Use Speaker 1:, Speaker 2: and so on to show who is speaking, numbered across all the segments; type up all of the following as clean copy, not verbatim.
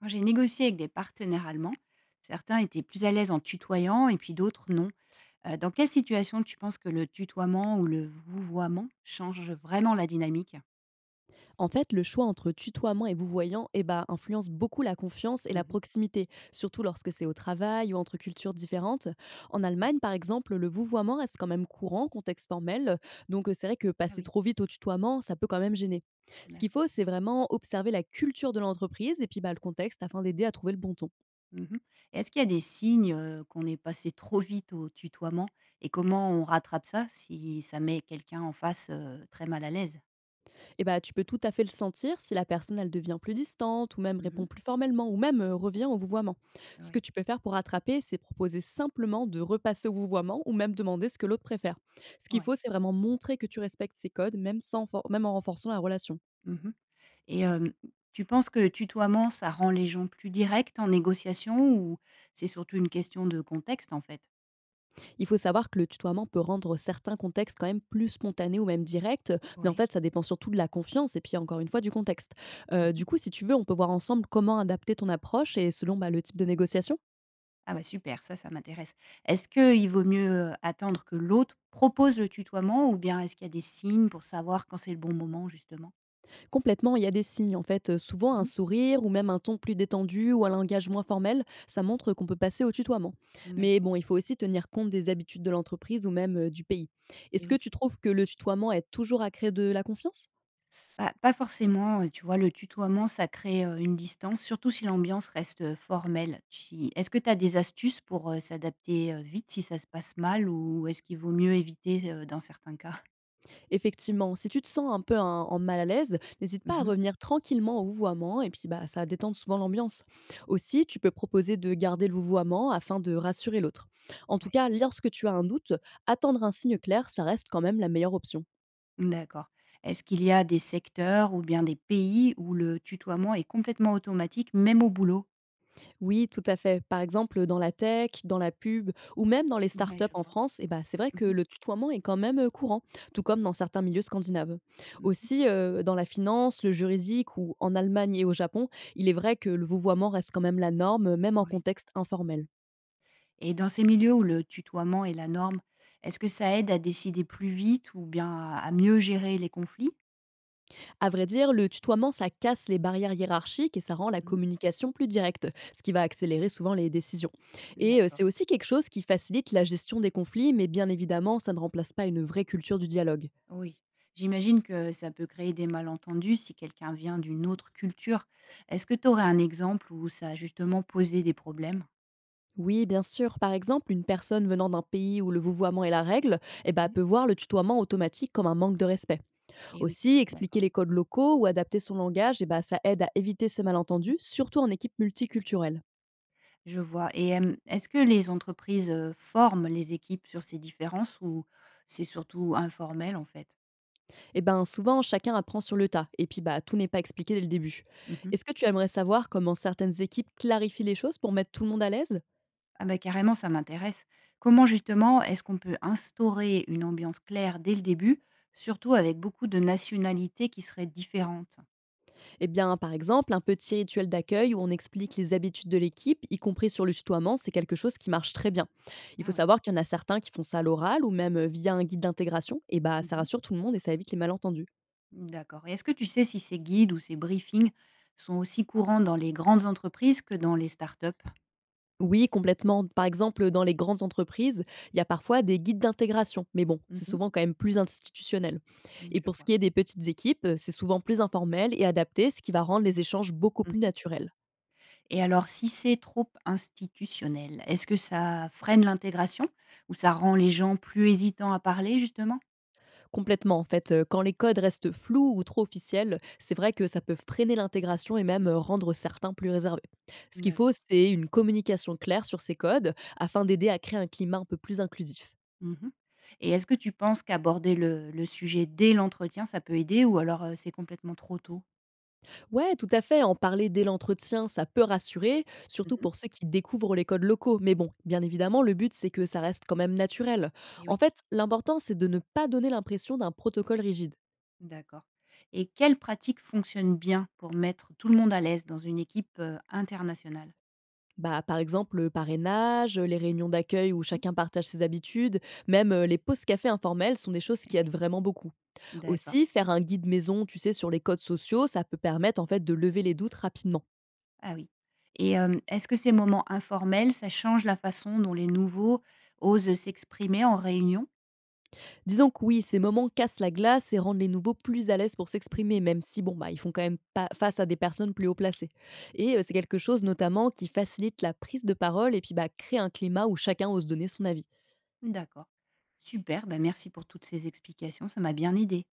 Speaker 1: Quand j'ai négocié avec des partenaires allemands, certains étaient plus à l'aise en tutoyant et puis d'autres non. Dans quelle situation tu penses que le tutoiement ou le vouvoiement change vraiment la dynamique?
Speaker 2: En fait, le choix entre tutoiement et vouvoiement eh ben, influence beaucoup la confiance et la
Speaker 1: Mhm.
Speaker 2: proximité, surtout lorsque c'est au travail ou entre cultures différentes. En
Speaker 1: Oui.
Speaker 2: Allemagne, par exemple, le vouvoiement reste quand même courant, contexte formel, donc c'est vrai que
Speaker 1: Ah
Speaker 2: passer
Speaker 1: oui,
Speaker 2: trop vite au tutoiement, ça peut quand même gêner. Ce qu'il
Speaker 1: d'accord.
Speaker 2: faut, c'est vraiment observer la culture de l'entreprise et puis bah, le contexte afin d'aider à trouver le bon ton.
Speaker 1: Mhm. Et est-ce qu'il y a des signes qu'on est passé trop vite au tutoiement et comment on rattrape ça si ça met quelqu'un en face très mal à l'aise?
Speaker 2: Et bah, tu peux tout à fait le sentir si la personne elle devient plus distante ou même
Speaker 1: Mhm.
Speaker 2: répond plus formellement ou même revient au vouvoiement. Ce
Speaker 1: Oui.
Speaker 2: que tu peux faire pour rattraper, c'est proposer simplement de repasser au vouvoiement ou même demander ce que l'autre préfère. Ce qu'il
Speaker 1: Ouais.
Speaker 2: faut, c'est vraiment montrer que tu respectes ses codes, même, sans, même en renforçant la relation.
Speaker 1: Mhm. Et tu penses que le tutoiement, ça rend les gens plus directs en négociation ou c'est surtout une question de contexte, en fait?
Speaker 2: Il faut savoir que le tutoiement peut rendre certains contextes quand même plus spontanés ou même directs, mais en
Speaker 1: Oui.
Speaker 2: fait, ça dépend surtout de la confiance et puis encore une fois du contexte.
Speaker 1: Mmh.
Speaker 2: Du coup, si tu veux, on peut voir ensemble comment adapter ton approche et selon bah, le type de négociation.
Speaker 1: Ah bah, super, ça m'intéresse. Est-ce qu'il vaut mieux, attendre que l'autre propose le tutoiement ou bien est-ce qu'il y a des signes pour savoir quand c'est le bon moment, justement?
Speaker 2: Complètement, il y a des signes en fait, souvent un
Speaker 1: Mmh.
Speaker 2: sourire ou même un ton plus détendu ou un langage moins formel, ça montre qu'on peut passer au tutoiement.
Speaker 1: Mmh,
Speaker 2: Mais
Speaker 1: d'accord.
Speaker 2: bon, il faut aussi tenir compte des habitudes de l'entreprise ou même, du pays.
Speaker 1: Et
Speaker 2: Est-ce que
Speaker 1: oui.
Speaker 2: tu trouves que le tutoiement aide toujours à créer de la confiance?
Speaker 1: Bah, pas forcément, tu vois? Le tutoiement, ça crée, une distance, surtout si l'ambiance reste, formelle. Si est-ce que tu as des astuces pour, s'adapter, vite si ça se passe mal ou est-ce qu'il vaut mieux éviter, dans certains cas?
Speaker 2: Effectivement, si tu te sens un peu en mal à l'aise, n'hésite pas à
Speaker 1: Mmh.
Speaker 2: revenir tranquillement au vouvoiement et puis bah, ça va détendre souvent l'ambiance. Aussi, tu peux proposer de garder le vouvoiement afin de rassurer l'autre. En tout
Speaker 1: Ouais,
Speaker 2: cas, lorsque tu as un doute, attendre un signe clair, ça reste quand même la meilleure option.
Speaker 1: d'accord. Est-ce qu'il y a des secteurs ou bien des pays où le tutoiement est complètement automatique, même au boulot?
Speaker 2: Oui, tout à fait. Par exemple, dans la tech, dans la pub ou même dans les
Speaker 1: Oui,
Speaker 2: startups
Speaker 1: je
Speaker 2: en
Speaker 1: vois.
Speaker 2: France, eh ben, c'est vrai
Speaker 1: Mmh
Speaker 2: que
Speaker 1: mh.
Speaker 2: le tutoiement est quand même courant, tout comme dans certains milieux scandinaves.
Speaker 1: Mmh.
Speaker 2: Aussi, dans la finance, le juridique ou en Allemagne et au Japon, il est vrai que le vouvoiement reste quand même la norme, même en
Speaker 1: Oui.
Speaker 2: contexte informel.
Speaker 1: Et dans ces milieux où le tutoiement est la norme, est-ce que ça aide à décider plus vite ou bien à mieux gérer les conflits?
Speaker 2: À vrai dire, le tutoiement, ça casse les barrières hiérarchiques et ça rend la
Speaker 1: Mmh.
Speaker 2: communication plus directe, ce qui va accélérer souvent les décisions. Et
Speaker 1: D'accord.
Speaker 2: c'est aussi quelque chose qui facilite la gestion des conflits, mais bien évidemment, ça ne remplace pas une vraie culture du dialogue.
Speaker 1: Oui, j'imagine que ça peut créer des malentendus si quelqu'un vient d'une autre culture. Est-ce que tu aurais un exemple où ça a justement posé des problèmes?
Speaker 2: Oui, bien sûr. Par exemple, une personne venant d'un pays où le vouvoiement est la règle eh ben,
Speaker 1: Mmh.
Speaker 2: peut voir le tutoiement automatique comme un manque de respect.
Speaker 1: Eh oui.
Speaker 2: Aussi,
Speaker 1: D'accord.
Speaker 2: expliquer les codes locaux ou adapter son langage, eh ben, ça aide à éviter ces
Speaker 1: Mmh.
Speaker 2: malentendus, surtout en équipe multiculturelle.
Speaker 1: Je vois et est-ce que les entreprises, forment les équipes sur ces différences ou c'est surtout informel, en fait?
Speaker 2: Eh ben, souvent, chacun apprend sur le tas, et puis bah, tout n'est pas expliqué dès le début.
Speaker 1: Mmh.
Speaker 2: Est-ce que tu aimerais savoir comment certaines équipes clarifient les choses pour mettre tout le monde à l'aise?
Speaker 1: Ah bah, carrément, ça m'intéresse. Comment justement est-ce qu'on peut instaurer une ambiance claire dès le début, surtout avec beaucoup de nationalités qui seraient différentes?
Speaker 2: Eh bien, par exemple, un petit rituel d'accueil où on explique les habitudes de l'équipe, y compris sur le tutoiement, c'est quelque chose qui marche très bien. Il
Speaker 1: Ah
Speaker 2: faut
Speaker 1: oui.
Speaker 2: savoir qu'il y en a certains qui font ça à l'oral ou même via un guide d'intégration, et bah ça
Speaker 1: Mmh.
Speaker 2: rassure tout le monde et ça évite les malentendus.
Speaker 1: D'accord. Et est-ce que tu sais si ces guides ou ces briefings sont aussi courants dans les grandes entreprises que dans les startups?
Speaker 2: Oui, complètement. Par exemple, dans les grandes entreprises, il y a parfois des guides d'intégration, mais bon, c'est
Speaker 1: Mhm.
Speaker 2: souvent quand même plus institutionnel.
Speaker 1: Mmh,
Speaker 2: Et
Speaker 1: je
Speaker 2: pour ce
Speaker 1: vois.
Speaker 2: qui est des petites équipes, c'est souvent plus informel et adapté, ce qui va rendre les échanges beaucoup plus
Speaker 1: Mhm.
Speaker 2: naturels.
Speaker 1: Et alors, si c'est trop institutionnel, est-ce que ça freine l'intégration ou ça rend les gens plus hésitants à parler, justement?
Speaker 2: Complètement, en fait, quand les codes restent flous ou trop officiels, c'est vrai que ça peut freiner l'intégration et même, rendre certains plus réservés. Ce qu'il faut,
Speaker 1: D'accord.
Speaker 2: c'est une communication claire sur ces codes afin d'aider à créer un climat un peu plus inclusif.
Speaker 1: Mhm. Et est-ce que tu penses qu'aborder le sujet dès l'entretien, ça peut aider ou alors c'est complètement trop tôt?
Speaker 2: Ouais, tout à fait, en parler dès l'entretien, ça peut rassurer, surtout
Speaker 1: Mhm.
Speaker 2: pour ceux qui découvrent les codes locaux. Mais bon, bien évidemment, le but, c'est que ça reste quand même naturel.
Speaker 1: Et
Speaker 2: En
Speaker 1: oui,
Speaker 2: fait, l'important, c'est de ne pas donner l'impression d'un protocole rigide.
Speaker 1: d'accord. Et quelles pratiques fonctionnent bien pour mettre tout le monde à l'aise dans une équipe internationale?
Speaker 2: Bah, par exemple, le parrainage, les réunions d'accueil où chacun partage ses habitudes, même les pauses café informelles sont des choses qui aident vraiment beaucoup.
Speaker 1: D'accord.
Speaker 2: Aussi, faire un guide maison, tu sais, sur les codes sociaux, ça peut permettre en fait de lever les doutes rapidement.
Speaker 1: Ah oui. Et est-ce que ces moments informels, ça change la façon dont les nouveaux osent s'exprimer en réunion?
Speaker 2: Disons que oui, ces moments cassent la glace et rendent les nouveaux plus à l'aise pour s'exprimer, même si bon, bah, ils font quand même pas face à des personnes plus haut placées. Et c'est quelque chose notamment qui facilite la prise de parole et puis bah, crée un climat où chacun ose donner son avis.
Speaker 1: Mmh, d'accord. Super, ben merci pour toutes ces explications, ça m'a bien aidé.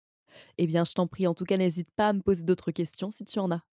Speaker 2: Eh bien, je t'en prie, en tout cas, n'hésite pas à me poser d'autres questions si tu en as.